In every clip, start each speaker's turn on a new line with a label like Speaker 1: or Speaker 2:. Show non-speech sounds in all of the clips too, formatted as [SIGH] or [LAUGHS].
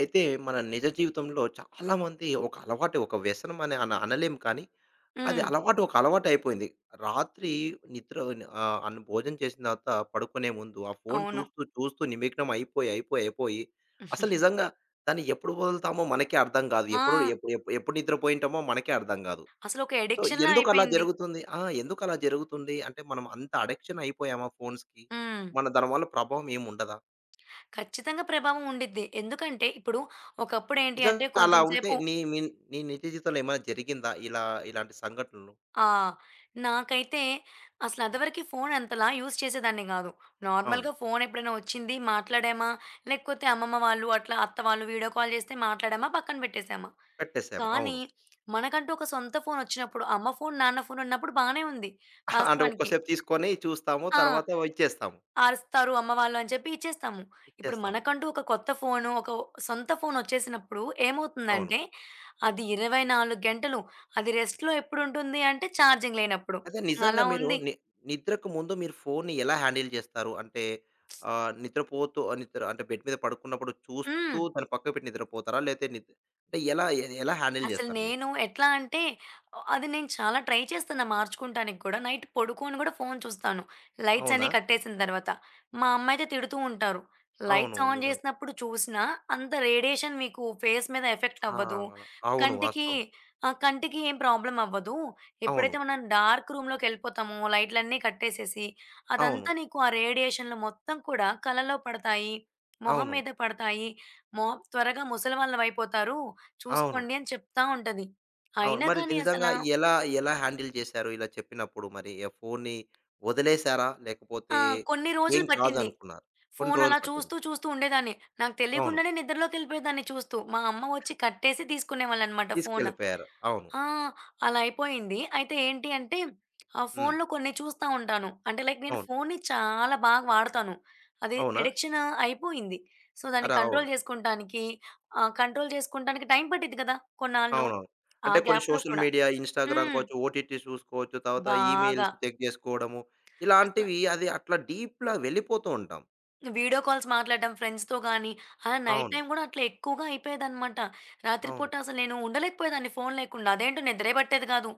Speaker 1: అయితే మన నిజ జీవితంలో చాలామంది ఒక అలవాటు, ఒక వ్యసనం అని అనలేము కానీ, అది
Speaker 2: హ్మ్.
Speaker 1: అలవాటు ఒక అలవాటయిపోయింది. రాత్రి నిద్ర ఆహ్, అన్ భోజనం చేసిన తర్వాత పడుకునే ముందు ఆ ఫోను
Speaker 2: అవును.
Speaker 1: చూస్తూ, చూస్తూ నిమగ్నం అయిపోయి, అసలు నిజంగా దాన్ని ఎప్పుడు వదులుతామో మనకే అర్థం కాదు. ఎప్పుడు
Speaker 2: ఆ!
Speaker 1: ఎప్పు ఎప్పు ఎప్పుడు నిద్రపోయింటామో మనకే అర్థం కాదు.
Speaker 2: అసలొక
Speaker 1: సో,
Speaker 2: అడిక్షన్‌లా
Speaker 1: ఎందుకలా
Speaker 2: అయిపోయింది.
Speaker 1: జరుగుతుంది? ఆ! ఎందుకలా జరుగుతుంది? అంటే మనం అంత అడిక్షన్ అయిపోయామా ఫోన్స్‌కి?
Speaker 2: హ్మ్.
Speaker 1: మన దాని వల్ల ప్రభావం ఏముండదా?
Speaker 2: ఖచ్చితంగా ప్రభావం ఉండిద్ది. ఎందుకంటే, ఇప్పుడు ఒకప్పుడేంటి అంటే,
Speaker 1: నిజంగా అలా
Speaker 2: కొంచెం
Speaker 1: ఉంటే
Speaker 2: సేపు
Speaker 1: మీ నిత్య జీవితంలో ఏమైనా జరిగిందా? ఇలా ఇలాంటి సంఘటనలు?
Speaker 2: ఆ! నాకైతే అసలు అదివరకి ఫోను అంతలా యూజ్ చేసేదాన్ని గాదు.
Speaker 1: అవును.
Speaker 2: నార్మల్‌గా ఫోను ఎప్పుడైనా వచ్చింది, మాట్లాడామా, లేకపోతే అమ్మమ్మ వాళ్ళు, అట్లా అత్త వాళ్ళు వీడియో కాల్ చేస్తే మాట్లాడామా, పక్కన పెట్టేసామా.
Speaker 1: కట్టేసాము.
Speaker 2: కానీ,
Speaker 1: అవును.
Speaker 2: మనకంటూ ఒక సొంత ఫోనొచ్చినప్పుడు, అమ్మ ఫోను, నాన్న ఫోనున్నప్పుడు బానే ఉంది
Speaker 1: [LAUGHS] అంటే
Speaker 2: వాస్తవానికి.
Speaker 1: ఒక్కసేపు తీసుకొని చూస్తాము.
Speaker 2: ఆ!
Speaker 1: తర్వాత ఇచ్చేస్తాము.
Speaker 2: అరుస్తారు అమ్మ వాళ్ళు అని చెప్పి ఇచ్చేస్తాము. ఇప్పుడు
Speaker 1: ఇచ్చేస్తాము.
Speaker 2: మనకంటూ ఒక కొత్త ఫోను, ఒక సొంత ఫోనొచ్చేసినప్పుడు
Speaker 1: అవును.
Speaker 2: ఏమవుతుందంటే, అది 24 గంటలు అది రెస్ట్‌లో ఎప్పుడుంటుంది అంటే ఛార్జింగ్ లేనప్పుడు.
Speaker 1: అయితే నిజంగా
Speaker 2: అలా
Speaker 1: మీరు
Speaker 2: ఉంది.
Speaker 1: ని నిద్రకు ముందు మీరు ఫోన్‌ని ఎలా హ్యాండిల్ చేస్తారు? అంటే నిద్రపోతూ నిద్ర అంటే బెడ్ మీద పడుకున్నప్పుడు
Speaker 2: హ్మ్.
Speaker 1: చూస్తూ దాన్ని పక్కకు పెట్టి నిద్రపోతారా? లేతే నిద్ అంటే ఎలా హ్యాండిల్
Speaker 2: అసలు
Speaker 1: చేస్తారు మీరు?
Speaker 2: నేను ఎట్లా అంటే, అది నేను చాలా ట్రై చేస్తున్నా మార్చుకుంటానికి కూడా. నైట్ పడుకోను గూడా ఫోను చూస్తాను. లైట్స్
Speaker 1: అవునా?
Speaker 2: అన్నీ కట్టేసిన తర్వాత. మా అమ్మ అయితే తిడుతూ ఉంటారు.
Speaker 1: అవును.
Speaker 2: "లైట్స్ ఆన్
Speaker 1: నిజం.
Speaker 2: జేసినప్పుడు చూసినా అంత రేడియేషన్ మీకు ఫేస్ మీద ఎఫెక్ట్
Speaker 1: ఆ!
Speaker 2: అవ్వదు.
Speaker 1: అవును.
Speaker 2: కంటికి
Speaker 1: వాస్తవం.
Speaker 2: కంటికి ఏం ప్రాబ్లమ్ అవ్వదు.
Speaker 1: అవును.
Speaker 2: ఎప్పుడైతే మనం డార్క్ రూమ్‌లోకెళ్ళిపోతామో లైట్‌లన్నీ కట్టేసేసి,
Speaker 1: అవును.
Speaker 2: అదంతా నీకు ఆ రేడియేషన్‌లు మొత్తం కూడా కళ్ళలో పడతాయి, మొహం
Speaker 1: అవును.
Speaker 2: మీద పడతాయి. మొహం త్వరగా ముసలివాళ్ళవయిపోతారు.
Speaker 1: అవును.
Speaker 2: చూసుకోండి అని చెప్తా ఉంటది.
Speaker 1: అవును.
Speaker 2: అయినా
Speaker 1: మరి ఇది
Speaker 2: గాని
Speaker 1: నిజంగా ఎలా, ఎలా హ్యాండిల్ చేశారు ఇలా చెప్పినప్పుడు మరి? ఆ ఫోన్‌ని వదిలేసారా?
Speaker 2: ఆ!
Speaker 1: లేకపోతే
Speaker 2: కొన్ని
Speaker 1: ఏం
Speaker 2: రోజులు పట్టింది.
Speaker 1: కాదనుకున్నారా? కొన్ని
Speaker 2: ఫోను
Speaker 1: రోజులు
Speaker 2: అలా
Speaker 1: పట్టింది.
Speaker 2: చూస్తూ, చూస్తూ ఉండేదాన్ని. నాకు
Speaker 1: అవును.
Speaker 2: తెలియకుండానే నిద్రలోకెళ్ళిపోయేదాన్ని చూస్తూ. మా అమ్మ వచ్చి కట్టేసి తీసుకునేవాళ్ళనమాట ఫోను.
Speaker 1: తీసుకెళ్ళిపోయారు. అవును.
Speaker 2: ఆ! అలా అయిపోయింది. అయితే ఏంటి అంటే, ఆ
Speaker 1: హ్మ్.
Speaker 2: ఫోనులో కొన్ని చూస్తా ఉంటాను. అంటే లైక్ నేను
Speaker 1: అవును.
Speaker 2: ఫోనుని చాలా బాగా వాడతాను. అది
Speaker 1: అవునా?
Speaker 2: అడిక్షన్ అయిపోయింది. సో, దాన్ని
Speaker 1: అరె! అవును.
Speaker 2: కంట్రోల్ చేసుకుంటానికి కంట్రోల్ చేసుకుంటానికి టైం పట్టిద్ది కదా! కొన్నాళ్ళు.
Speaker 1: అవునవును.
Speaker 2: ఆ
Speaker 1: అంటే కొన్ని
Speaker 2: గ్యాప్‌లో
Speaker 1: సోషల్
Speaker 2: కూడా.
Speaker 1: మీడియా, ఇన్‌స్టాగ్రామ్
Speaker 2: హ్మ్.
Speaker 1: కావచ్చు, ఓటీటీ చూసుకోవచ్చు. తర్వాత
Speaker 2: బాగా.
Speaker 1: ఈమెయిల్స్ చెక్ చేసుకోవడము.
Speaker 2: అసల
Speaker 1: ఇలాంటివి అది అట్లా డీప్‌లా వెళ్ళిపోతూ ఉంటాం.
Speaker 2: వీడియో కాల్స్ మాట్లాడడం ఫ్రెండ్స్‌తో గానీ, ఆ నైట్
Speaker 1: అవును.
Speaker 2: టైమ్ గూడా అట్లా ఎక్కువగా అయిపోయేదనమాట. రాత్రి
Speaker 1: అవును.
Speaker 2: పూట అసలు నేను ఉండలేకపోయేదాన్ని ఫోను లేకుండా. అదేంటో నిద్రే పట్టేది గాదు.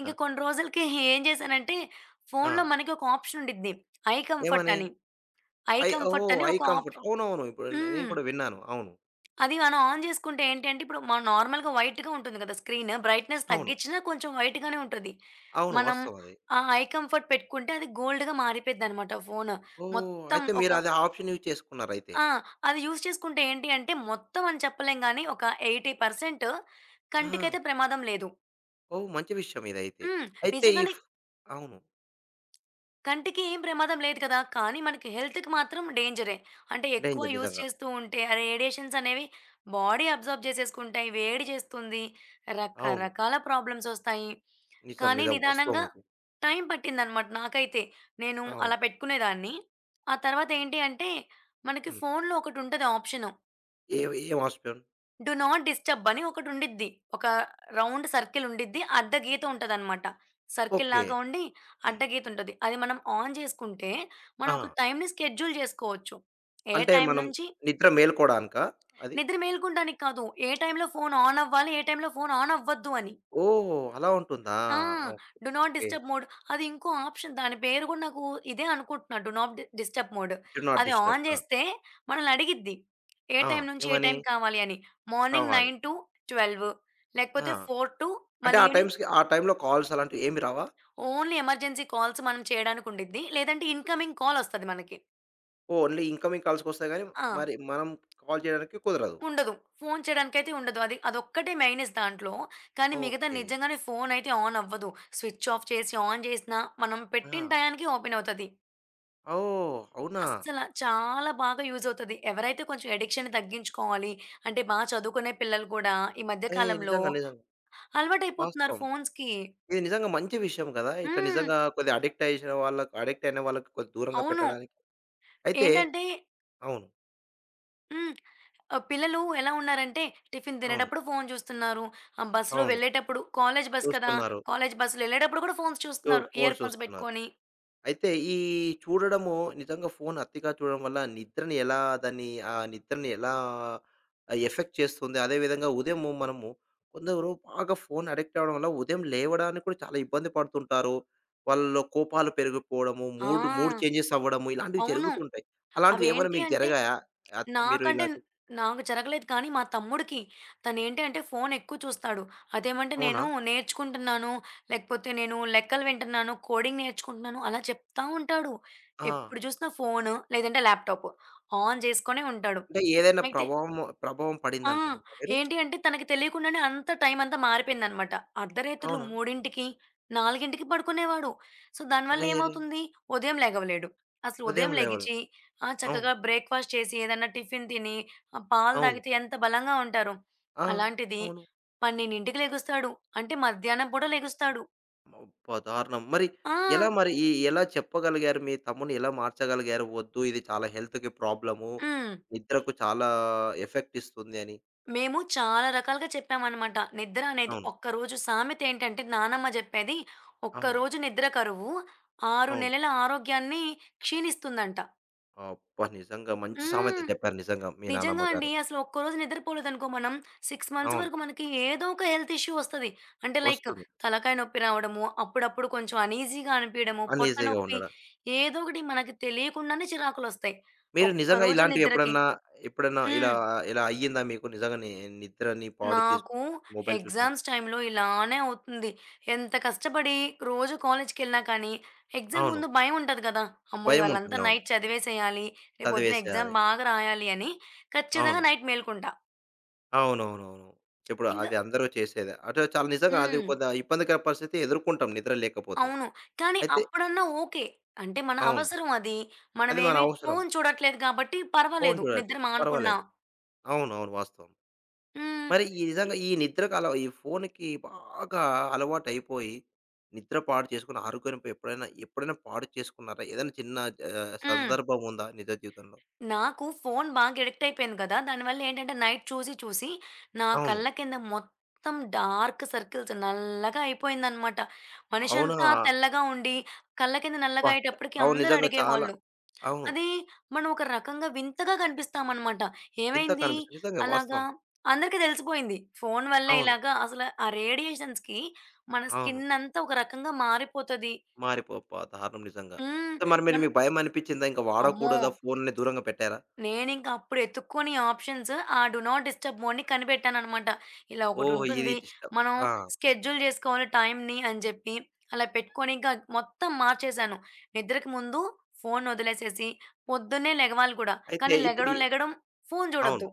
Speaker 2: ఇంక కొన్ని రోజులకి ఏం జేశానంటే,
Speaker 1: ఆ!
Speaker 2: ఫోనులో మనకి ఒక ఆప్షన్ ఉండిద్ది. ఐ కంఫర్ట్
Speaker 1: ఏమని?
Speaker 2: అని. ఐ
Speaker 1: ఐ
Speaker 2: కంఫర్ట్
Speaker 1: ఓహ్!
Speaker 2: అని
Speaker 1: ఐ
Speaker 2: ఒక
Speaker 1: కంఫర్ట్.
Speaker 2: ఆప్ష
Speaker 1: అవునవును. ఇప్పుడు నేను
Speaker 2: హ్మ్.
Speaker 1: కూడా విన్నాను. అవును.
Speaker 2: అది మనం ఆన్ జేసుకుంటే ఏంటి అంటే, ఇప్పుడు మనం నార్మల్‌గా వైట్‌గా ఉంటుంది గదా! స్క్రీను. బ్రైట్‌నెస్
Speaker 1: అవును.
Speaker 2: తగ్గించినా కొంచెం వైట్‌గానే ఉంటది.
Speaker 1: అవును.
Speaker 2: మనం
Speaker 1: వాస్తవం అది.
Speaker 2: ఆ ఐ కంఫర్ట్ పెట్టుకుంటే అది గోల్డ్‌గా మారిపోయిద్దనమాట ఫోను.
Speaker 1: ఓహ్!
Speaker 2: మొత్తం
Speaker 1: అయితే
Speaker 2: ఒక
Speaker 1: మీరు అది ఆ ఆప్షన్ యూజ్ చేసుకున్నారయితే.
Speaker 2: ఆ! అది యూజ్ చేసుకుంటే ఏంటి అంటే, మొత్తం అని చెప్పలేం గానీ, ఒక 80%
Speaker 1: ఆ!
Speaker 2: కంటికైతే ప్రమాదం లేదు.
Speaker 1: ఓహ్! మంచి విషయం ఇదైతే.
Speaker 2: హ్మ్.
Speaker 1: అయితే ఈ
Speaker 2: నిజంగానే
Speaker 1: ఫ్ అవును.
Speaker 2: కంటికి ఏం ప్రమాదం లేదు కదా! కానీ మనకి హెల్త్‌కి మాత్రం డేంజరే. అంటే ఎక్కువ
Speaker 1: డేంజర్
Speaker 2: యూజ్
Speaker 1: నిజంగా.
Speaker 2: చేస్తూ ఉంటే, ఆ రేడియేషన్స్ అనేవి బాడీ అబ్జార్బ్ చేసేసుకుంటాయి. వేడి చేస్తుంది.
Speaker 1: అవును.
Speaker 2: రకరకాల ప్రాబ్లమ్స్ ఒస్తాయి.
Speaker 1: నిజం.
Speaker 2: కానీ
Speaker 1: నిజం. వాస్తవం
Speaker 2: నిదానంగా
Speaker 1: ఇది.
Speaker 2: టైం పట్టిందనమాట నాకైతే. నేను
Speaker 1: అవును.
Speaker 2: అలా పెట్టుకునేదాన్ని. ఆ తర్వాత ఏంటి అంటే, మనకి
Speaker 1: హ్మ్.
Speaker 2: ఫోన్‌లో ఒకటుంటది ఆప్షను.
Speaker 1: ఏ ఏం ఆప్షన్?
Speaker 2: డు నాట్ డిస్టర్బ్ అని ఒకటుండిద్ది. ఒక రౌండ్ సర్కిల్ ఉండిద్ది. అడ్డ గీత ఉంటదనమాట.
Speaker 1: ఓకే.
Speaker 2: సర్కిల్‌లాగా ఉండి అడ్డ గీత ఉంటది. అది మనం ఆన్ చేసుకుంటే మనం
Speaker 1: ఆ!
Speaker 2: ఒక టైమ్‌ని స్కెడ్యూల్ చేసుకోవచ్చు. ఏ
Speaker 1: అంటే
Speaker 2: టైం
Speaker 1: మనం
Speaker 2: నుంచి
Speaker 1: నిద్ర మేలుకోడానికా అది?
Speaker 2: నిద్ర మేలుకుంటానికి కాదు. ఏ టైంలో ఫోన్ ఆన్ అవ్వాలి, ఏ టైంలో ఫోన్ ఆన్ అవ్వద్దు అని.
Speaker 1: ఓహ్! అలా ఉంటుందా?
Speaker 2: ఆ! Do not
Speaker 1: okay.
Speaker 2: Disturb mode. అది ఇంకో ఆప్షన్. దాని పేరు గూడా నాకు ఇదే అనుకుంటున్నా. Do not disturb mode.
Speaker 1: Do not
Speaker 2: అది
Speaker 1: డిస్టర్బ్.
Speaker 2: ఆన్
Speaker 1: ఆ!
Speaker 2: జేస్తే మనల్ని అడిగిద్ది. ఏ
Speaker 1: ఆ!
Speaker 2: టైం నుంచి ఏ
Speaker 1: ఏమని?
Speaker 2: టైం కావాలి అని. మార్నింగ్
Speaker 1: కావాలి.
Speaker 2: 9-12
Speaker 1: ఆ!
Speaker 2: లేకపోతే 4 టు
Speaker 1: అంటే
Speaker 2: మళ్ళీ
Speaker 1: ఆ
Speaker 2: ఈవినింగ్
Speaker 1: టైమ్స్‌కి ఆ టైమ్‌లో కాల్స్ అలాంటివి ఏమి రావా?
Speaker 2: ఓన్లీ ఎమర్జెన్సీ కాల్స్ మనం చేయడానికి ఉండిద్ది. లేదంటే ఇన్‌కమింగ్ కాల్ ఒస్తది మనకి.
Speaker 1: ఓన్లీ ఇన్‌కమింగ్ కాల్స్‌కొస్తాయి గానీ,
Speaker 2: ఆ!
Speaker 1: మరి మనం కాల్ చేయడానికి కుదరదు.
Speaker 2: ఉండదు. ఫోను చేయడానికైతే ఉండదు. అది అదొక్కటే మెయినెస్ దాంట్లో. కానీ మిగతా
Speaker 1: ఓకే.
Speaker 2: నిజంగానే ఫోనయితే ఆన్ అవ్వదు. స్విచ్ ఆఫ్ చేసి, ఆన్ జేసినా మనం పెట్టిన
Speaker 1: ఆ!
Speaker 2: టయానికి ఓపెన్ అవుతది.
Speaker 1: ఓహ్! అవునా?
Speaker 2: అస్సల చాలా బాగా యూజ్ అవుతది. ఎవరైతే కొంచెం అడిక్షన్‌ని తగ్గించుకోవాలి, అంటే బా చదువుకునే పిల్లలు కూడా ఈ మధ్య
Speaker 1: ఏహ్!
Speaker 2: కాలంలో
Speaker 1: నిజంగా, నిజంగా.
Speaker 2: అలవాటయిపోతున్నారు
Speaker 1: వాస్తవం.
Speaker 2: ఫోన్స్‌కి.
Speaker 1: ఇది నిజంగా మంచి విషయం గదా! ఇట్లా
Speaker 2: హ్మ్.
Speaker 1: నిజంగా కొద్దిగా అడిక్ట్ అయేసిన వాళ్ళకి అడిక్ట్ అయిన వాళ్ళకి కొద్దిగా దూరంగా
Speaker 2: అవును.
Speaker 1: పెట్టడానికి. అయితే
Speaker 2: ఏంటంటే
Speaker 1: అవును.
Speaker 2: హ్మ్. పిల్లలు ఎలా ఉన్నారంటే టిఫిన్
Speaker 1: అవును.
Speaker 2: తినేటప్పుడు ఫోను చూస్తున్నారు. బస్సులో
Speaker 1: అవును.
Speaker 2: వెళ్ళేటప్పుడు కాలేజ్ బస్ కదా!
Speaker 1: చూస్తున్నారు.
Speaker 2: కాలేజ్ బస్సులో ఎళ్ళేటప్పుడు కూడా ఫోన్స్ చూస్తున్నారు.
Speaker 1: ఫోను
Speaker 2: ఇయర్ ఫోన్స్
Speaker 1: చూస్తున్నారు.
Speaker 2: పెట్టుకొని.
Speaker 1: అయితే ఈ చూడడము నిజంగా ఫోన్ అతిగా చూడడం వల్ల నిద్రని ఎలా దాన్ని ఆ నిద్రని ఎలా ఎఫెక్ట్ చేస్తుంది? అదేవిధంగా ఉదయము మనము కొందరు బాగా ఫోన్ అడిక్ట్ అవ్వడం వల్ల ఉదయం లేవడానికి కూడా చాలా ఇబ్బంది పడుతుంటారు. వాళ్ళలో కోపాలు పెరిగిపోవడము, మూడ్ మూడ్
Speaker 2: ఆ!
Speaker 1: చేంజెస్ అవ్వడము ఇలాంటివి
Speaker 2: అవును.
Speaker 1: జరుగుతుంటాయి. అలాంటివి ఏమైనా
Speaker 2: అవేంటి
Speaker 1: మీకు
Speaker 2: అంటే
Speaker 1: జరిగాయా? అత్ మీరు
Speaker 2: నాకంటే
Speaker 1: ఇలా చు
Speaker 2: నాకు జరగలేదు కానీ మా తమ్ముడికి తనేంటి అంటే ఫోన్ ఎక్కువ చూస్తాడు. అదేమంటే
Speaker 1: అవునా?
Speaker 2: నేను నేర్చుకుంటున్నాను, లేకపోతే నేను లెక్కలు వింటున్నాను, కోడింగ్ నేర్చుకుంటున్నాను అలా చెప్తా ఉంటాడు.
Speaker 1: ఆ!
Speaker 2: ఎప్పుడు చూసినా ఫోను లేదంటే ల్యాప్‌టాప్ ఆన్ చేసుకొనే ఉంటాడు.
Speaker 1: అంటే ఏదైనా
Speaker 2: అయితే
Speaker 1: ప్రభావం
Speaker 2: ఆ!
Speaker 1: పడిందంటున్నారా మీరు?
Speaker 2: ఏంటి అంటే తనకి తెలియకుండానే అంత టైం అంతా మారిపోయిందనమాట. అర్ధరాత్రులు
Speaker 1: అవునా?
Speaker 2: 3:00కి, 4:00కి పడుకునేవాడు. సో, దానివల్ల
Speaker 1: అరెరే!
Speaker 2: ఏమవుతుంది? ఉదయం లెగవలేడు. అసలు
Speaker 1: ఉదయం
Speaker 2: ఉదయం
Speaker 1: లేవడం.
Speaker 2: లెగిచి
Speaker 1: అవును.
Speaker 2: చక్కగా బ్రేక్‌ఫాస్ట్ చేసి ఏదన్నా టిఫిన్ తిని, పాలు
Speaker 1: అవును.
Speaker 2: తాగితే ఎంత బలంగా ఉంటారు.
Speaker 1: ఆ!
Speaker 2: అలాంటిది
Speaker 1: అవును.
Speaker 2: 12:00కి లెగుస్తాడు. అంటే మధ్యాహ్నం పూట లెగుస్తాడు.
Speaker 1: అబ్బా! దారుణం. మరి
Speaker 2: ఆ!
Speaker 1: ఎలా మరి ఈ ఎలా చెప్పగలిగారు? మీ తమ్ముడిని ఎలా మార్చగలిగారు? వద్దు ఇది చాలా హెల్త్‌కి ప్రాబ్లము.
Speaker 2: హ్మ్.
Speaker 1: నిద్రకు చాలా ఎఫెక్ట్ ఇస్తుంది అని.
Speaker 2: మేము చాలా రకాలుగా చెప్పామనమాట. నిద్ర అనేది
Speaker 1: అవును.
Speaker 2: ఒక్కరోజు సామెత ఏంటంటే నానమ్మ జెప్పేది,
Speaker 1: అవును.
Speaker 2: "ఒక్కరోజు నిద్ర కరువు 6
Speaker 1: అవును.
Speaker 2: నెలల ఆరోగ్యాన్ని క్షీణిస్తుందంట."
Speaker 1: అబ్బా! నిజంగా మంచి సామెత
Speaker 2: హ్మ్.
Speaker 1: చెప్పారు నిజంగా మీ నానమ్మ
Speaker 2: నిజంగా అండి.
Speaker 1: గారు.
Speaker 2: అసలు ఒక్కరోజు నిద్రపోలేదనుకో మనం 6 మంత్స్
Speaker 1: అవును.
Speaker 2: వరకు మనకి ఏదో ఒక హెల్త్ ఇష్యూ వస్తది. అంటే లైక్
Speaker 1: వస్తుంది.
Speaker 2: తలకాయ నొప్పి రావడము, అప్పుడప్పుడు కొంచెం అనీజీగా అనిపియడము, పొట్ట
Speaker 1: అన్‌ఈజీగా
Speaker 2: నొప్పి
Speaker 1: ఉండడం.
Speaker 2: ఏదో ఒకటి మనకి తెలియకుండానే చిరాకులొస్తాయి.
Speaker 1: మీరు నిజంగా
Speaker 2: ఒక్కరోజు
Speaker 1: ఇలాంటివి
Speaker 2: నిద్రకి
Speaker 1: ఎప్పుడన్నా, ఎప్పుడన్నా ఇలా
Speaker 2: హ్మ్.
Speaker 1: ఇలా అయ్యిందా మీకు? నిజంగా ని నిద్రని పాడు చేసి
Speaker 2: నాకు
Speaker 1: మొబైల్ చూసినా
Speaker 2: ఎగ్జామ్స్ టైంలో ఇలానే అవుతుంది. ఎంత కష్టపడి రోజు కాలేజ్‌కెళ్ళినా కానీ, ఎగ్జామ్
Speaker 1: అవును.
Speaker 2: ముందు భయం ఉంటది కదా! అమ్మో!
Speaker 1: భయం ఉంటుంది.
Speaker 2: ఇవాళంతా
Speaker 1: అవును.
Speaker 2: నైట్ చదివేసేయాలి. రేపొద్దున ఎగ్జామ్
Speaker 1: చదివేసేయాలి.
Speaker 2: బాగా రాయాలి అని ఖచ్చితంగా
Speaker 1: అవును.
Speaker 2: నైట్ మేలుకుంటా.
Speaker 1: అవునవునవును. ఇప్పుడు
Speaker 2: ఇంకా
Speaker 1: అది అందరూ చేసేదే. అటు చాలా నిజంగా అది
Speaker 2: హ్మ్.
Speaker 1: కొంత ఇబ్బందికర పరిస్థితి ఎదుర్కొంటాం నిద్ర లేకపోతే.
Speaker 2: అవును. కానీ
Speaker 1: అయితే
Speaker 2: అప్పుడన్నా ఓకే. అంటే మన
Speaker 1: అవును.
Speaker 2: అవసరం అది.
Speaker 1: అది మన
Speaker 2: మనమేమి
Speaker 1: అవసరం.
Speaker 2: ఫోను చూడట్లేదు కాబట్టి
Speaker 1: ఫోను
Speaker 2: పర్వాలేదు. నిద్ర
Speaker 1: చూడట్లేదు.
Speaker 2: మానుకున్నా.
Speaker 1: పర్వాలేదు. అవునవును. వాస్తవం.
Speaker 2: హ్మ్.
Speaker 1: మరి ఈ
Speaker 2: ఇ
Speaker 1: నిజంగా ఈ నిద్రకు ఈ ఫోనుకి బాగా అలవాటయిపోయి, నిద్ర పాడు చేసుకుని ఆరోగ్యంపై ఎప్పుడైనా ఎప్పుడైనా పాడు చేసుకున్నారా? ఏదైనా చిన్న
Speaker 2: హ్మ్.
Speaker 1: సందర్భం ఉందా నిజ జీవితంలో?
Speaker 2: నాకు ఫోను బాగా అడిక్ట్ అయిపోయాను కదా! దానివల్ల ఏంటంటే నైట్ చూసి, చూసి నా
Speaker 1: అవును.
Speaker 2: కళ్ళ కింద మొత్తం డార్క్ సర్కిల్స్ నల్లగా అయిపోయిందనమాట.
Speaker 1: అవునా?
Speaker 2: మనిషంతా తెల్లగా ఉండి, కళ్ళ కింద
Speaker 1: అబ్బా!
Speaker 2: నల్లగా అయ్యేటప్పటికి
Speaker 1: అవును.
Speaker 2: అందరూ
Speaker 1: నిజంగా చాలా
Speaker 2: అడిగేవాళ్ళు.
Speaker 1: అవును.
Speaker 2: అది మనం ఒక రకంగా వింతగా కనిపిస్తామనమాట.
Speaker 1: వింతగా
Speaker 2: ఏమైంది?
Speaker 1: కనిపిస్తుంది. నిజంగా
Speaker 2: అలాగా
Speaker 1: వాస్తవం.
Speaker 2: అందరికీ తెలిసిపోయింది. ఫోను వల్లే
Speaker 1: అవును.
Speaker 2: ఇలాగా అసలు ఆ రేడియేషన్స్‌కి మన
Speaker 1: అవును.
Speaker 2: స్కిన్ అంతా ఒక రకంగా మారిపోతది.
Speaker 1: అబ్బా! దారుణం నిజంగా.
Speaker 2: హ్మ్.
Speaker 1: సో, మరి
Speaker 2: మనం
Speaker 1: మీకు భయమనిపిచ్చిందా? ఇంక
Speaker 2: అమ్మో!
Speaker 1: వాడకూడదా ఫోన్‌ని దూరంగా పెట్టారా?
Speaker 2: నేనింక అప్పుడు ఎతుక్కొని ఆప్షన్స్ ఆ డు నాట్ డిస్టర్బ్ మోడ్‌ని కనిపెట్టాననమాట. ఇలా
Speaker 1: ఓహో! ఇది
Speaker 2: ఒకటుంటుంది.
Speaker 1: డిస్టర్బ్
Speaker 2: మనం
Speaker 1: ఆ!
Speaker 2: స్కెడ్యూల్ జేసుకోవాలి టైమ్‌ని అని జెప్పి, అలా పెట్టుకొని ఇంకా మొత్తం మార్చేశాను. నిద్రకు ముందు ఫోన్ ఒదిలేసేసి, పొద్దున్నే లెగవాలి కూడా.
Speaker 1: అయితే
Speaker 2: కానీ
Speaker 1: ఇప్పుడు ఈ
Speaker 2: లెగడం, లెగడం ఫోన్
Speaker 1: అవును.
Speaker 2: చూడొద్దు.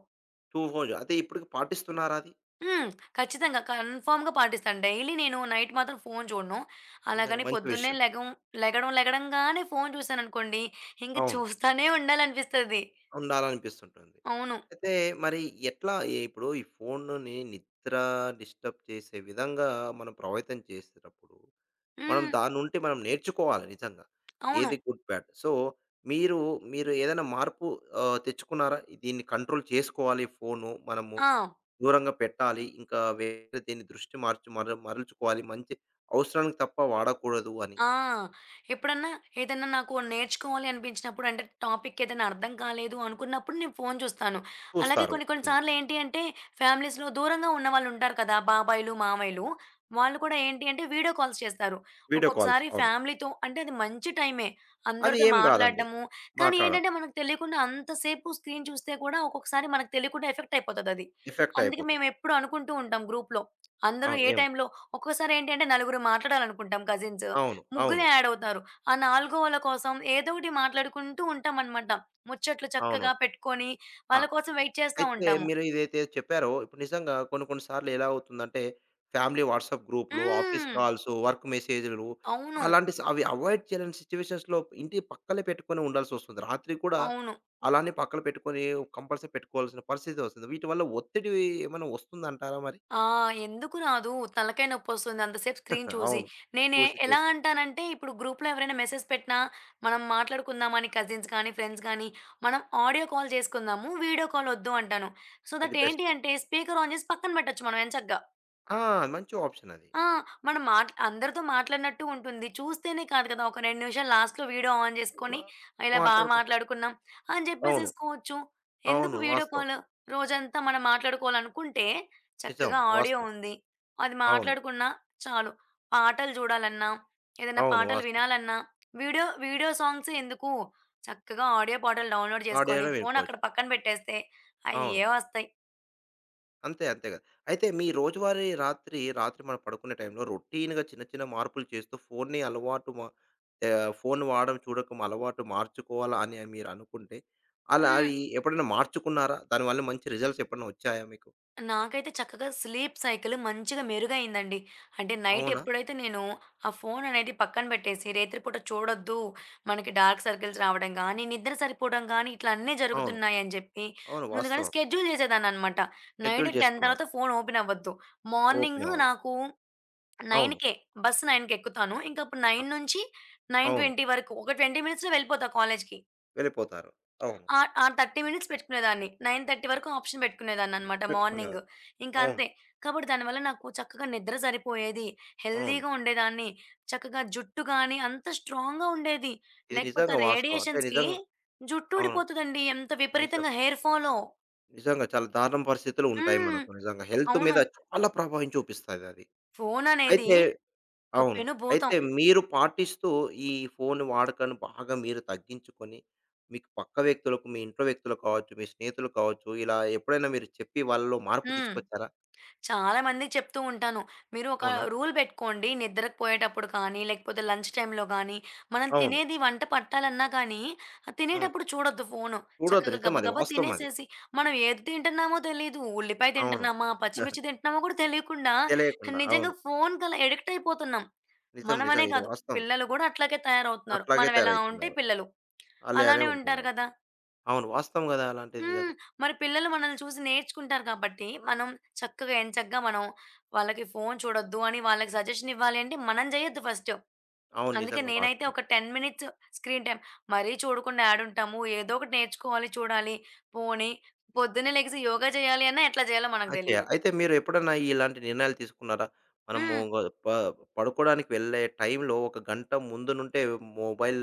Speaker 1: టూ ఫోన్స్ అయితే ఇప్పటికి పాటిస్తున్నారా అది?
Speaker 2: హ్మ్. ఖచ్చితంగా. కన్ఫర్మ్‌గా పాటిస్తాను. డైలీ నేను నైట్ మాత్రం ఫోన్ చూడను.
Speaker 1: నిజంగా
Speaker 2: అలాగని
Speaker 1: మంచి
Speaker 2: పొద్దున్నే
Speaker 1: విషయం.
Speaker 2: లెగం లెగడం లెగడంగానే ఫోన్ చూశాననుకోండి, ఇంక
Speaker 1: అవును.
Speaker 2: చూస్తానే ఉండాలనిపిస్తది.
Speaker 1: ఉండాలనిపిస్తుంటుంది.
Speaker 2: అవును.
Speaker 1: అయితే మరి ఎట్లా ఎ ఇప్పుడు ఈ ఫోనుని నిద్ర డిస్టర్బ్ చేసే విధంగా మనం ప్రభావితం చేసేటప్పుడు మనం
Speaker 2: హ్మ్.
Speaker 1: దాని నుండి మనం నేర్చుకోవాలి నిజంగా.
Speaker 2: అవును.
Speaker 1: ఏది గుడ్, బ్యాడ్. సో, మీరు, మీరు ఏదైనా మార్పు తెచ్చుకున్నారా? దీన్ని కంట్రోల్ చేసుకోవాలి ఫోను మనము
Speaker 2: ఆ!
Speaker 1: దూరంగా పెట్టాలి. ఇంకా వేరే దీన్ని దృష్టి మార్చి మరల్చుకోవాలి. మంచి అవసరానికి తప్ప వాడకూడదు అని
Speaker 2: ఆ! ఎప్పుడన్నా ఏదన్నా నాకు నేర్చుకోవాలి అనిపించినప్పుడు అంటే టాపిక్ ఏదైనా అర్థం కాలేదు అనుకున్నప్పుడు నేను ఫోను చూస్తాను. అలాగే
Speaker 1: చూస్తారు.
Speaker 2: కొన్ని కొన్ని
Speaker 1: హ్మ్.
Speaker 2: సార్లు ఏంటి అంటే ఫ్యామిలీస్‌లో దూరంగా ఉన్నవాళ్ళుంటారు కదా! బాబాయిలు, మామయ్యలు. వాళ్ళు కూడా ఏంటి అంటే వీడియో కాల్స్ చేస్తారు.
Speaker 1: Video calls.
Speaker 2: ఒక్కొక్కసారి
Speaker 1: అవును.
Speaker 2: ఫ్యామిలీతో అంటే అది మంచి టైమే.
Speaker 1: అది
Speaker 2: అందరితో
Speaker 1: ఏం కాదండి.
Speaker 2: మాట్లాడడము. కానీ
Speaker 1: మాట్లాడం.
Speaker 2: ఏంటంటే మనకు తెలియకుండా అంతసేపు స్క్రీన్ చూస్తే కూడా ఒక్కొక్కసారి మనకు తెలియకుండా ఎఫెక్ట్ అయిపోతదది.
Speaker 1: ఎఫెక్ట్
Speaker 2: అందుకే
Speaker 1: అయిపోతుంది.
Speaker 2: మేమెప్పుడు అనుకుంటూ ఉంటాం గ్రూప్‌లో.
Speaker 1: ఆ!
Speaker 2: అందరూ ఏ
Speaker 1: ఏం
Speaker 2: టైంలో ఒక్కోసారి ఏంటి అంటే నలుగురు మాట్లాడాలనుకుంటాం కజిన్స్.
Speaker 1: అవును. అవును.
Speaker 2: ముగ్గురే యాడ్ అవుతారు. ఆ నాలుగోవాళ్ళ కోసం ఏదో ఒకటి మాట్లాడుకుంటూ ఉంటామనమాట. ముచ్చట్లు
Speaker 1: అవును.
Speaker 2: చక్కగా పెట్టుకొని,
Speaker 1: ఆ!
Speaker 2: వాళ్ళ కోసం వెయిట్ చేస్తా
Speaker 1: అయితే
Speaker 2: ఉంటాము.
Speaker 1: మీరు ఇదైతే చెప్పారో, ఇప్పుడు నిజంగా కొన్ని కొన్ని సార్లు ఎలా అవుతుందంటే, ఫ్యామిలీ వాట్సాప్ గ్రూప్‌లు, ఆఫీస్
Speaker 2: హ్మ్.
Speaker 1: కాల్స్, వర్క్ మెసేజ్‌లు
Speaker 2: అవును.
Speaker 1: అలాంటి స అవి అవాయిడ్ చేయలేని సిట్యుయేషన్స్‌లో ఇంటి పక్కలే పెట్టుకొని ఉండాల్సొస్తుంది. రాత్రి కూడా
Speaker 2: అవును.
Speaker 1: అలానే పక్కన పెట్టుకొని కంపల్సరీ పెట్టుకోవాల్సిన పరిస్థితి వస్తుంది. వీటి వల్ల ఒత్తిడి ఏమైనా వస్తుందంటారా మరి?
Speaker 2: ఆ! ఎందుకు రాదు? తలకాయ నొప్పొస్తుంది అంతసేపు స్క్రీన్
Speaker 1: [LAUGHS]
Speaker 2: చూసి.
Speaker 1: అవును.
Speaker 2: నేనే
Speaker 1: చూసి
Speaker 2: ఎలా
Speaker 1: చూసి.
Speaker 2: అంటానంటే, ఇప్పుడు గ్రూప్‌లో ఎవరైనా మెసేజ్ పెట్టినా, మనం మాట్లాడుకుందాం అని కజిన్స్ కానీ, ఫ్రెండ్స్ కానీ, మనం ఆడియో కాల్ చేసుకుందాము. వీడియో కాల్ వద్దు అంటాను. సో,
Speaker 1: అది
Speaker 2: దట్
Speaker 1: బెస్ట్.
Speaker 2: ఏంటి అంటే స్పీకర్ ఆన్ చేసి పక్కన పెట్టొచ్చు మనం ఎంచక్కా.
Speaker 1: ఆ! మంచి ఆప్షన్ అది.
Speaker 2: ఆ! మనం మాట్ అందరితో మాట్లాడినట్టు ఉంటుంది. చూస్తేనే కాదు కదా! ఒక 2 నిమిషాలు లాస్ట్‌లో వీడియో ఆన్
Speaker 1: అవునా?
Speaker 2: చేసుకొని, ఇలా బా
Speaker 1: మాట్లాడుకు
Speaker 2: మాట్లాడుకున్నాం అని
Speaker 1: అవును.
Speaker 2: చెప్పేసేసుకోవచ్చు. ఎందుకు
Speaker 1: అవును.
Speaker 2: వీడియో
Speaker 1: వాస్తవం.
Speaker 2: కాల్? రోజంతా మనం మాట్లాడుకోవాలనుకుంటే,
Speaker 1: నిజం.
Speaker 2: చక్కగా ఆడియో
Speaker 1: వాస్తవం.
Speaker 2: ఉంది. అది
Speaker 1: అవును.
Speaker 2: మాట్లాడుకున్నా చాలు. పాటలు చూడాలన్నా, ఏదైనా
Speaker 1: అవును.
Speaker 2: పాటలు
Speaker 1: వాస్తవం.
Speaker 2: వినాలన్నా, వీడియో వీడియో సాంగ్సే ఎందుకు? చక్కగా ఆడియో పాటలు డౌన్‌లోడ్ చేసుకొని,
Speaker 1: ఆడియోలో
Speaker 2: ఫోన్
Speaker 1: వినుకోవచ్చు.
Speaker 2: అక్కడ పక్కన పెట్టేస్తే
Speaker 1: అవును.
Speaker 2: అయ్యే వస్తాయి.
Speaker 1: అంతే. అంతే గదా! అయితే మీ రోజువారీ రాత్రి, రాత్రి మనం పడుకునే టైంలో రొటీన్‌గా చిన్న చిన్న మార్పులు చేస్తూ ఫోన్‌ని అలవాటు మా ఫోన్ వాడడం చూడకం అలవాటు మార్చుకోవాలా అని మీరు అనుకుంటే, అలా
Speaker 2: హ్మ్.
Speaker 1: అవి ఎప్పుడైనా మార్చుకున్నారా? దానివల్ల మంచి రిజల్ట్స్ ఎప్పుడైనా వచ్చాయా మీకు?
Speaker 2: నాకైతే చక్కగా స్లీప్ సైకిల్ మంచిగా మెరుగయిందండి. అంటే నైట్
Speaker 1: అవునా?
Speaker 2: ఎప్పుడైతే నేను ఆ ఫోన్ అనేది పక్కన పెట్టేసి రేత్రి పూట చూడొద్దు. మనకి డార్క్ సర్కిల్స్ రావడం గానీ, నిద్ర సరిపోవడం గానీ, ఇట్లా అన్నీ
Speaker 1: అవును.
Speaker 2: జరుగుతున్నాయని జెప్పి
Speaker 1: అవును.
Speaker 2: ముందుగానే
Speaker 1: వాస్తవం.
Speaker 2: షెడ్యూల్ జేసేదాన్ననమాట. నైట్
Speaker 1: షెడ్యూల్
Speaker 2: 10
Speaker 1: చేసుకున్నారు.
Speaker 2: తర్వాత ఫోన్ ఓపెన్ అవ్వద్దు.
Speaker 1: ఓపెన్
Speaker 2: మార్నింగ్
Speaker 1: అవ్వదు.
Speaker 2: నాకు
Speaker 1: అవును.
Speaker 2: 9:00కే బస్ 9:00కి ఎక్కుతాను. ఇంకప్పుడు
Speaker 1: అ
Speaker 2: 9 నుంచి
Speaker 1: అవును.
Speaker 2: 9:20 వరకు ఒక 20 మినిట్స్‌లో వెళ్ళిపోతా కాలేజ్‌కి.
Speaker 1: వెళ్ళిపోతారు. అవును.
Speaker 2: ఆ! ఆ 30 మినిట్స్ పెట్టుకునేదాన్ని. 9:30 వరకు ఆప్షన్ పెట్టుకునేదాన్ననమాట మార్నింగ్.
Speaker 1: పెట్టుకునేవారు.
Speaker 2: ఇంకా
Speaker 1: అవును.
Speaker 2: అంతే. కాబట్టి దానివల్ల నాకు చక్కగా నిద్ర సరిపోయేది.
Speaker 1: అవును.
Speaker 2: హెల్తీగా ఉండేదాన్ని. చక్కగా జుట్టు గాని అంత స్ట్రాంగ్‌గా ఉండేది.
Speaker 1: ఇది
Speaker 2: లేకపోతే
Speaker 1: నిజంగా వాస్తవం. అంటే
Speaker 2: రేడియేషన్స్‌కి
Speaker 1: నిజంగా
Speaker 2: జుట్టు
Speaker 1: అవును.
Speaker 2: ఊడిపోతదండి. ఎంత
Speaker 1: నిజం.
Speaker 2: విపరీతంగా హెయిర్ ఫాలో.
Speaker 1: నిజంగా చాలా దారుణ పరిస్థితులు ఉంటాయి
Speaker 2: హ్మ్.
Speaker 1: మనకు నిజంగా. హెల్త్ మీద
Speaker 2: అవును.
Speaker 1: చాలా ప్రభావం చూపిస్తదది.
Speaker 2: ఫోననేది
Speaker 1: అయితే
Speaker 2: ఒక
Speaker 1: అవును.
Speaker 2: పెను భూతం.
Speaker 1: అయితే మీరు పాటిస్తూ ఈ ఫోన్ వాడకాన్ని బాగా మీరు తగ్గించుకొని, మీకు పక్క వ్యక్తులకు, మీ ఇంట్లో వ్యక్తులు కావచ్చు, మీ స్నేహితులు కావచ్చు, ఇలా ఎప్పుడైనా మీరు చెప్పి వాళ్ళలో మార్పు
Speaker 2: హ్మ్.
Speaker 1: తీసుకొచ్చారా?
Speaker 2: చాలా మందికి చెప్తూ ఉంటాను. మీరు ఒక
Speaker 1: అవునా?
Speaker 2: రూల్ పెట్టుకోండి. నిద్రకు పోయేటప్పుడు కానీ, లేకపోతే లంచ్ టైమ్‌లో కానీ, మనం
Speaker 1: అవును.
Speaker 2: తినేది వంట పట్టాలన్నా కానీ, ఆ
Speaker 1: అవును.
Speaker 2: తినేటప్పుడు చూడొద్దు ఫోను.
Speaker 1: చూడొద్దు
Speaker 2: చక్కగా
Speaker 1: నిజం అది.
Speaker 2: గబగబా
Speaker 1: వాస్తవం అది.
Speaker 2: తినేసేసి, మనం ఏది తింటున్నామో తెలీదు. ఉల్లిపాయ
Speaker 1: అవును.
Speaker 2: తింటున్నామా?
Speaker 1: [LAUGHS]
Speaker 2: పచ్చిమిర్చి తింటున్నామా? కూడా తెలియకుండా
Speaker 1: తెలియకుండా.
Speaker 2: నిజంగా
Speaker 1: అవును.
Speaker 2: ఫోన్‌కలా అడిక్ట్ అయిపోతున్నాం.
Speaker 1: నిజం. నిజం.
Speaker 2: మనమనే
Speaker 1: ఇది
Speaker 2: కాదు,
Speaker 1: వాస్తవం.
Speaker 2: పిల్లలు కూడా అట్లాగే తయారవుతున్నారు.
Speaker 1: అట్లాగే
Speaker 2: మనం ఎలా ఉంటే
Speaker 1: తయారవుతున్నారు.
Speaker 2: పిల్లలు
Speaker 1: అలానే
Speaker 2: అలానే ఉంటారు
Speaker 1: ఉంటున్నారు.
Speaker 2: కదా!
Speaker 1: అవును. వాస్తవం కదా! అలాంటిది
Speaker 2: హ్మ్.
Speaker 1: నిజంగా.
Speaker 2: మరి పిల్లలు మనల్ని చూసి నేర్చుకుంటారు కాబట్టి, చక్కగా ఎంచక్కా మనం వాళ్ళకి ఫోను చూడొద్దు అని వాళ్ళకి సజెషన్ ఇవ్వాలి అంటే మనం జేయొద్దు ఫస్ట్.
Speaker 1: అవును.
Speaker 2: అందుకే
Speaker 1: నిజంగా
Speaker 2: నేనైతే
Speaker 1: వాస్తవం.
Speaker 2: ఒక 10 మినిట్స్ స్క్రీన్ టైమ్ మరీ చూడకుండా యాడుంటాము. ఏదో ఒకటి నేర్చుకోవాలి, చూడాలి. పోనీ పొద్దున్నే లెగిసి యోగా చేయాలి అన్నా ఎట్లా చేయాలో
Speaker 1: ఆ!
Speaker 2: మనకు తెలీదు.
Speaker 1: చేయాలి. అయితే మీరు ఎప్పుడన్నా ఇలాంటి నిర్ణయాలు తీసుకున్నారా? మనము
Speaker 2: హ్మ్.
Speaker 1: గ ప పడుకోవడానికి వెళ్ళే టైంలో ఒక గంట ముందు నుండే మొబైల్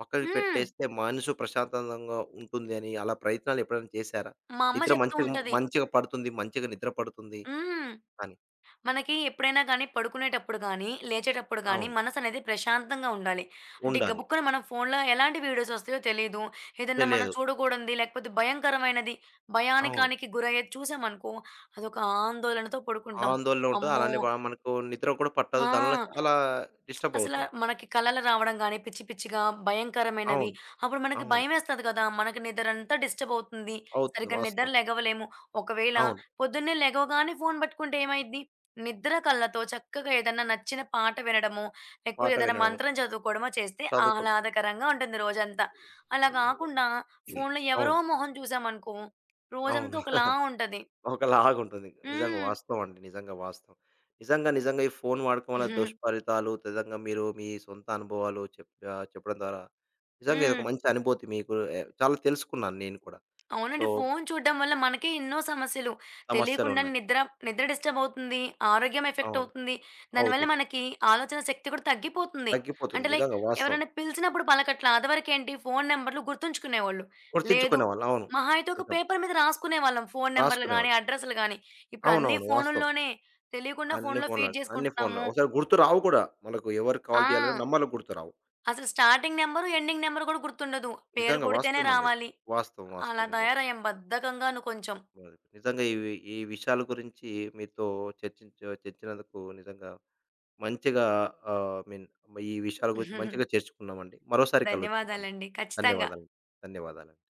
Speaker 1: పక్కకి
Speaker 2: హ్మ్.
Speaker 1: పెట్టేస్తే మనసు ప్రశాంతంగా ఉంటుంది అని అలా ప్రయత్నాలు ఎప్పుడైనా చేశారా?
Speaker 2: మా అమ్మ
Speaker 1: నిద్ర
Speaker 2: చెప్తూ
Speaker 1: మంచిగా
Speaker 2: ఉంటది.
Speaker 1: మంచిగా పడుతుంది. మంచిగా నిద్ర పడుతుంది
Speaker 2: హ్మ్.
Speaker 1: అని.
Speaker 2: మనకి ఎప్పుడైనా గానీ, పడుకునేటప్పుడు గానీ, లేచేటప్పుడు గానీ,
Speaker 1: అవును.
Speaker 2: మనసనేది ప్రశాంతంగా ఉండాలి. అంటే
Speaker 1: ఉండాలి.
Speaker 2: గబుక్కున మనం ఫోన్‌లో ఎలాంటి వీడియోస్ వస్తాయో తెలీదు. ఏదన్నా మనం
Speaker 1: తెలియదు.
Speaker 2: చూడకూడంది, లేకపోతే భయంకరమైనది,
Speaker 1: అవును.
Speaker 2: భయానికానికి గురయ్యేది చూసామనుకో, అదొక ఆందోళనతో పడుకుంటాం.
Speaker 1: ఆందోళన ఉంటుంది.
Speaker 2: అమ్మో!
Speaker 1: అలానే మనకు నిద్ర కూడా పట్టదు. దానివల్ల
Speaker 2: ఆ!
Speaker 1: చాలా డిస్టర్బ్
Speaker 2: అసల
Speaker 1: అవుతాం.
Speaker 2: మనకి కలలు రావడం గాని, పిచ్చి పిచ్చిగా భయంకరమైనవి.
Speaker 1: అవును.
Speaker 2: అప్పుడు మనకి
Speaker 1: అవును.
Speaker 2: భయమేస్తది కదా! మనకి నిద్రంతా డిస్టర్బ్ అవుతుంది.
Speaker 1: అవుతుంది.
Speaker 2: సరిగ్గా నిద్ర
Speaker 1: వాస్తవం.
Speaker 2: లెగవలేము. ఒకవేళ
Speaker 1: అవును.
Speaker 2: పొద్దున్నే లెగవగానే ఫోను పట్టుకుంటే ఏమైద్ది? నిద్ర కళ్ళతో చక్కగా ఏదన్నా నచ్చిన పాట వినడమో, లేకపోతే
Speaker 1: పాట
Speaker 2: ఏదైనా
Speaker 1: వినడం,
Speaker 2: మంత్రం చదువుకోవడమో చేస్తే
Speaker 1: చదువుకోవడం.
Speaker 2: ఆహ్లాదకరంగా ఉంటుంది రోజంతా. అలా
Speaker 1: నిజంగా.
Speaker 2: గాకుండా
Speaker 1: [CLEARS THROAT]
Speaker 2: ఫోనులో ఎవరో
Speaker 1: అవును.
Speaker 2: మొహం చూసామనుకో,
Speaker 1: అవును.
Speaker 2: రోజంతా ఒకలా
Speaker 1: [LAUGHS]
Speaker 2: ఉంటది.
Speaker 1: ఒకలాగుంటుంది. నిజంగా
Speaker 2: హ్మ్.
Speaker 1: వాస్తవం అండి. నిజంగా వాస్తవం. నిజంగా, నిజంగా ఈ ఫోను వాడకం వల్ల
Speaker 2: హ్మ్.
Speaker 1: దుష్ఫలితాలు నిజంగా మీరు మీ సొంత అనుభవాలు చెప్పడం ద్వారా నిజంగా ఇదొక మంచి
Speaker 2: [LAUGHS]
Speaker 1: అనుభూతి మీకు చాలా తెలుసుకున్నాను నేను కూడా. సో,
Speaker 2: అవునండి. ఫోను చూడడం వల్ల మనకే ఎన్నో సమస్యలు. తెలియకుండానే
Speaker 1: సమస్యలున్నాయి.
Speaker 2: నిద్ర నిద్ర డిస్టర్బ్ అవుతుంది. ఆరోగ్యం ఎఫెక్ట్
Speaker 1: అవును.
Speaker 2: అవుతుంది. దానివల్ల
Speaker 1: అవుతుంది.
Speaker 2: మనకి ఆలోచన శక్తి కూడా తగ్గిపోతుంది.
Speaker 1: తగ్గిపోతుంది.
Speaker 2: అంటే లైక్
Speaker 1: నిజంగా వాస్తవం.
Speaker 2: ఎవరైనా పిలిచినప్పుడు పలకట్ల. అదివరకేంటి ఫోను నంబర్‌లు గుర్తుంచుకునేవాళ్ళు. లేదు
Speaker 1: గుర్తించుకునేవాళ్ళు. అవును.
Speaker 2: మహా అయితే ఒక
Speaker 1: నిజం.
Speaker 2: పేపర్ మీద రాసుకునేవాళ్ళం. ఫోను నంబర్‌లు గాని,
Speaker 1: రాసుకునేవాళ్ళు.
Speaker 2: అడ్రెస్‌లు గాని. ఇప్పుడు అన్నీ
Speaker 1: అవునవును. వాస్తవం.
Speaker 2: ఫోనుల్లోనే తెలియకుండా
Speaker 1: అన్ని
Speaker 2: ఫోనులో
Speaker 1: ఫోన్‌లో
Speaker 2: ఫీడ్
Speaker 1: అన్ని ఫోన్‌లో.
Speaker 2: చేసుకుంటున్నాము.
Speaker 1: ఒకసారి గుర్తు రావు కూడా. మనకు ఎవరికి కాల్
Speaker 2: ఆ!
Speaker 1: చేయాలన్నా నంబర్లు గుర్తురావు.
Speaker 2: అసలు స్టార్టింగ్ నంబరు, ఎండింగ్ నంబరు కూడా గుర్తుండదు. పేరు
Speaker 1: నిజంగా
Speaker 2: కొడితేనే
Speaker 1: వాస్తవం అండి ఇది.
Speaker 2: రావాలి.
Speaker 1: వాస్తవం.
Speaker 2: అలా
Speaker 1: వాస్తవం నిజంగా.
Speaker 2: తయారయ్యాం బద్ధకంగాను కొంచెం.
Speaker 1: మొదటి నిజంగా ఇవి ఈ విషయాల గురించి మీతో చర్చించ చర్చినందుకు నిజంగా మంచిగా ఐ మీన్ ఈ విషయాల గురించి
Speaker 2: [LAUGHS]
Speaker 1: మంచిగా చేర్చుకున్నామండి. మరోసారి కలుద్దామండి.
Speaker 2: ధన్యవాదాలండి. ఖచ్చితంగా.
Speaker 1: ధన్యవాదాలు. ధన్యవాదాలండి.